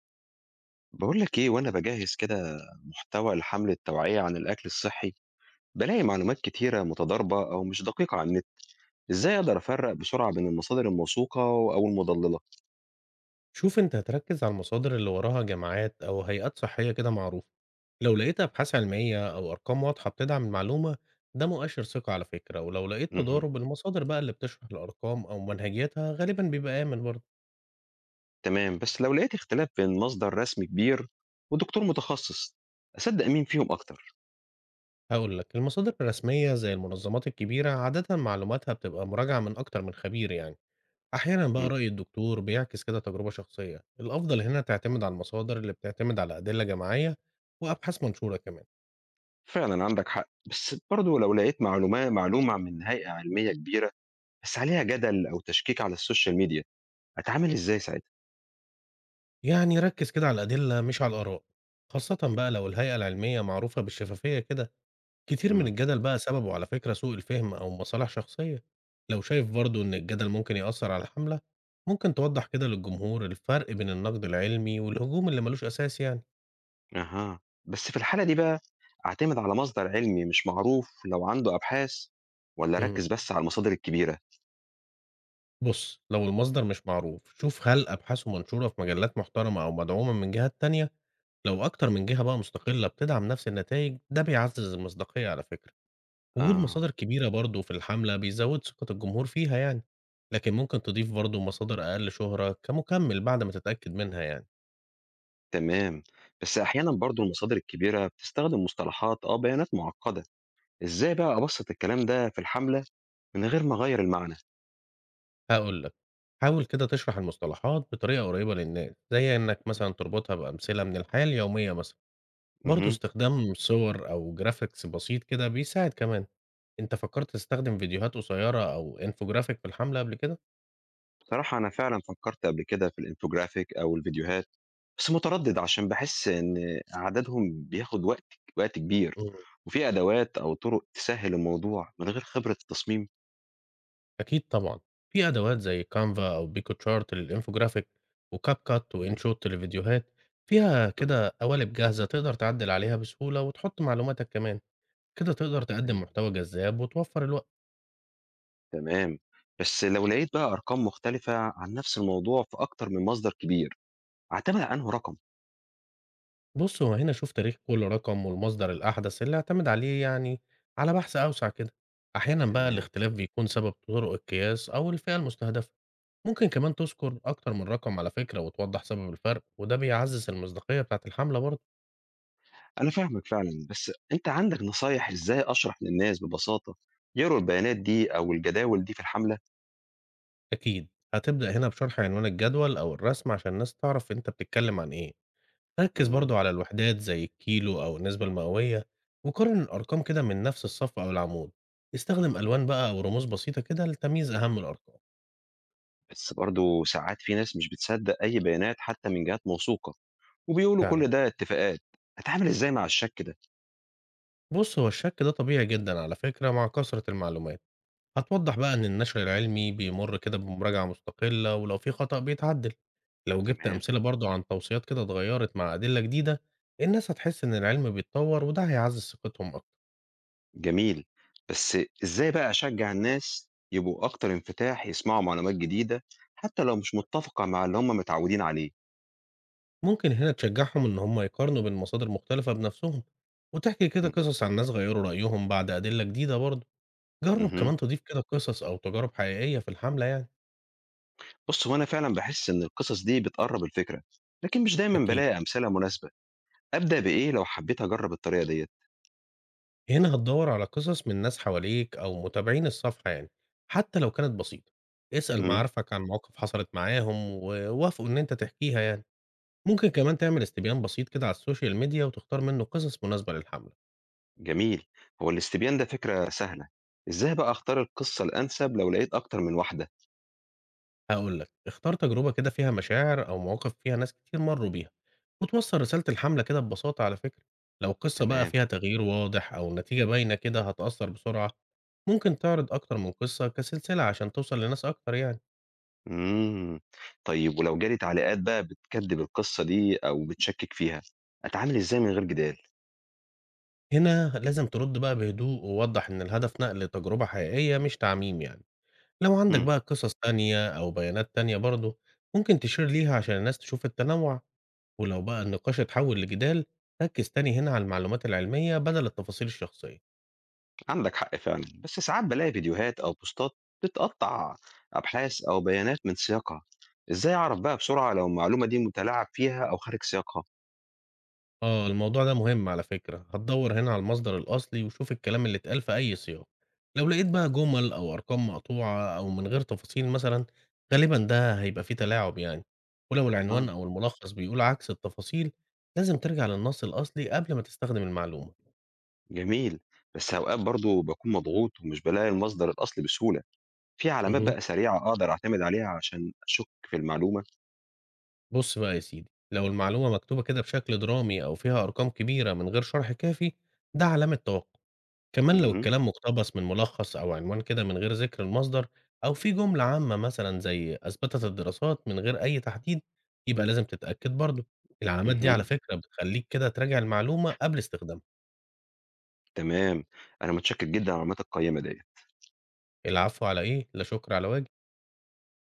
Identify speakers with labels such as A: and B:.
A: بقول لك ايه وانا بجهز كده محتوى لحملة توعية عن الاكل الصحي. بلاقي معلومات كتيرة متضاربة او مش دقيقة على النت. ازاي اقدر افرق بسرعة بين المصادر الموثوقة او المضللة؟
B: شوف، أنت هتركز على المصادر اللي وراها جامعات أو هيئات صحية كده معروفة. لو لقيت أبحاث علمية أو أرقام واضحة بتدعم المعلومة، ده مؤشر ثقة على فكرة. ولو لقيت
A: مهم.
B: تضارب المصادر بقى، اللي بتشرح الأرقام أو منهجيتها غالبا بيبقى آمن برضه.
A: تمام، بس لو لقيت اختلاف بين مصدر رسمي كبير ودكتور متخصص، اصدق مين فيهم اكتر؟
B: هقول لك، المصادر الرسمية زي المنظمات الكبيرة عادة معلوماتها بتبقى مراجعة من أكتر من خبير يعني. أحيانا بقى
A: مم.
B: رأي الدكتور بيعكس كده تجربة شخصية. الأفضل هنا تعتمد على المصادر اللي بتعتمد على أدلة جماعية وأبحاث منشورة كمان.
A: فعلا عندك حق، بس برضو لو لقيت معلومة من هيئة علمية كبيرة، بس عليها جدل او تشكيك على السوشيال ميديا، اتعامل ازاي ساعتها؟
B: يعني ركز كده على الأدلة مش على الآراء، خاصة بقى لو الهيئة العلمية معروفة بالشفافية كده. كتير من
A: مم.
B: الجدل بقى سببه على فكرة سوء الفهم أو مصالح شخصية. لو شايف برضو إن الجدل ممكن يأثر على الحملة، ممكن توضح كده للجمهور الفرق بين النقد العلمي والهجوم اللي ملوش أساس يعني.
A: أها. بس في الحالة دي بقى، أعتمد على مصدر علمي مش معروف لو عنده أبحاث، والّا
B: مم.
A: أركّز بس على المصادر الكبيرة؟
B: بص، لو المصدر مش معروف شوف هل أبحاثه منشورة في مجلات محترمة أو مدعومة من جهات تانية. لو أكتر من جهة بقى مستقلة بتدعم نفس النتائج، ده بيعزز المصداقية على فكرة. وجود مصادر
A: آه،
B: كبيرة برضه في الحملة بيزود ثقة الجمهور فيها يعني، لكن ممكن تضيف برضه مصادر أقل شهرة كمكمل بعد ما تتأكد منها يعني.
A: تمام. بس أحيانًا برضه المصادر الكبيرة بتستخدم مصطلحات أو بيانات معقدة، إزاي بقى أبسّط الكلام ده في الحملة من غير ما أغيّر المعنى؟
B: هاقول لك، حاول كده تشرح المصطلحات بطريقة قريبة للناس، زي إنك مثلا تربطها بأمثلة من الحياة اليومية مثلا. برضه
A: اهم.
B: استخدام صور أو جرافيكس بسيط كده بيساعد كمان. أنت فكرت تستخدم فيديوهات قصيرة أو انفوجرافيك في الحملة قبل كده؟
A: بصراحة أنا فعلًا فكّرت قبل كده في الinfographic أو الفيديوهات، بس متردد عشان باحس إن إعدادهم بياخد وقت كبير،
B: إمم.
A: وفي أدوات أو طُرق تسهّل الموضوع من غير خبرة التصميم؟
B: أكيد طبعًا. في أدوات زي Canva أو PicoChart للinfographic وCapcut
A: إمم،
B: وInShot للفيديوهات، فيها
A: إمم،
B: كده قوالب جاهزة تقدر تعدل عليها بسهولة وتحط معلوماتك كمان. كده تقدر تقدم
A: فهمت،
B: محتوى جذاب وتوفر الوقت.
A: تمام. بس لو لقيت بقى أرقام مختلفة عن نفس الموضوع في أكتر من مصدر كبير، أعتمد على أنهي رقم؟
B: بُص، هو هنا شوف تاريخ كل رقم والمصدر الأحدث اللي اعتمد عليه، يعني على بحث أوسع كده. أحيانًا بقى
A: تمام.
B: الاختلاف بيكون سبب طرق القياس أو الفئة المستهدفة. ممكن كمان تذكر أكتر من رقم على فكرة وتوضح سبب الفرق، وده بيعزز المصداقية بتاعة الحملة برضه.
A: أنا فاهمك فعلًا، بس أنت عندك نصايح إزاي أشرح للناس ببساطة يقروا البيانات دي أو الجداول دي في الحملة؟
B: أكيد. هتبدأ هنا بشرح عنوان الجدول أو الرسم عشان الناس تعرف أنت بتتكلم عن إيه. ركز
A: إمم.
B: برضو على الوحدات زي الكيلو أو النسبة المئوية، وقارن الأرقام كده من نفس الصف أو العمود. استخدم
A: آه،
B: ألوان بقى أو رموز بسيطة كده لتمييز أهم الأرقام.
A: بس برضه ساعات في ناس مش بتصدق أي بيانات حتى من جهات موثوقة، وبيقولوا
B: فعلا.
A: كل ده اتفاقات، أتعامل إزاي مع الشك ده؟
B: بص، هو الشك ده طبيعي جدا على فكرة مع كثرة المعلومات. هتوضح بقى إن النشر العلمي بيمر كده بمراجعة مستقلة ولو في خطأ بيتعدل. لو جبت
A: تمام.
B: أمثلة برضو عن توصيات كده اتغيرت مع أدلة جديدة، الناس هتحس إن العلم بيتطور وده هيعزز ثقتهم أكتر.
A: جميل، بس إزاي بقى أشجّع الناس يبقوا أكتر انفتاح يسمعوا معلومات جديدة، حتى لو مش متّفقة مع اللي هم متعودين عليه؟
B: ممكن هنا تشجعهم إن هم يقارنوا بين مصادر مختلفة بنفسهم، وتحكي كده
A: إمم،
B: قصص عن ناس غيروا رأيهم بعد أدلة جديدة برضه. جرب
A: اهم،
B: كمان تضيف كده قصص أو تجارب حقيقية في الحملة يعني.
A: بُص هو أنا فعلًا باحس إن القصص دي بتقرّب الفكرة، لكن مش دايمًا
B: أكيد.
A: بالاقي أمثلة مناسبة. أبدأ بإيه لو حبيت أجرّب الطريقة ديّة؟
B: هنا هتدور على قصص من ناس حواليك أو متابعين الصفحة يعني، حتى لو كانت بسيطة. اسأل
A: إمم،
B: معارفك عن مواقف حصلت معاهم ووافقوا إن أنت تحكيها يعني. ممكن كمان تعمل استبيان بسيط كده على السوشيال ميديا وتختار منه قصص مناسبة للحملة.
A: جميل. هو الاستبيان ده فكرة سهلة، إزاي بقى أختار القصة الأنسب لو لقيت أكتر من واحدة؟
B: هاقول لك، اختار تجربة كده فيها مشاعر أو مواقف فيها ناس كتير مرّوا بيها، وتوصّل رسالة الحملة كده ببساطة على فكرة. لو القصة بقى
A: تمام.
B: فيها تغيير واضح أو النتيجة باينة كده، هتأثّر بسرعة. ممكن تعرض أكتر من قصة كسلسلة عشان توصل لناس أكتر يعني.
A: إمم. طيب ولو جالي تعليقات بقى بتكدّب القصة دي أو بتشكِّك فيها، أتعامل إزاي من غير جدال؟
B: هنا لازم ترد بقى بهدوء ووضّح إن الهدف نقل تجربة حقيقية مش تعميم يعني. لو عندك
A: إمم.
B: بقى قصص تانية أو بيانات تانية برضه، ممكن تشير ليها عشان الناس تشوف التنوع. ولو بقى النقاش اتحول لجدال، ركز تاني هنا على المعلومات العلمية بدل التفاصيل الشخصية.
A: عندك حق فعلًا، بس ساعات بالاقي فيديوهات أو بوستات بتقطّع أبحاث أو بيانات من سياقها، إزاي أعرف بقى بسرعة لو المعلومة دي مُتلاعب فيها أو خارج سياقها؟
B: اه، الموضوع ده مهم على فكرة. هتدور هنا على المصدر الأصلي وشوف الكلام اللي اتقال في أي سياق. لو لقيت بقى جمل أو أرقام مقطوعة أو من غير تفاصيل مثلا، غالبا ده هيبقى فيه تلاعب يعني. ولو العنوان
A: أها،
B: أو الملخص بيقول عكس التفاصيل، لازم ترجع للنص الأصلي قبل ما تستخدم المعلومة.
A: جميل. بس أوقات برضه باكون مضغوط ومش بالاقي المصدر الأصلي بسهولة، في علامات
B: مه.
A: بقى سريعة أقدر أعتمد عليها عشان أشُك في المعلومة؟
B: بص بقى يا سيدي، لو المعلومة مكتوبة كده بشكل درامي أو فيها أرقام كبيرة من غير شرح كافي، ده علامة توقع. كمان لو
A: إمم،
B: الكلام مقتبس من ملخص أو عنوان كده من غير ذكر المصدر، أو في جملة عامة مثلا زي أثبتت الدراسات من غير أي تحديد، يبقى لازم تتأكد برضه. العلامات دي على
A: اهم،
B: فكرة بتخليك كده تراجع المعلومة قبل استخدامها.
A: تمام. أنا متشكر جدًا على المعلومات القيّمة ديّة.
B: العفو على إيه، لا شكر على واجب.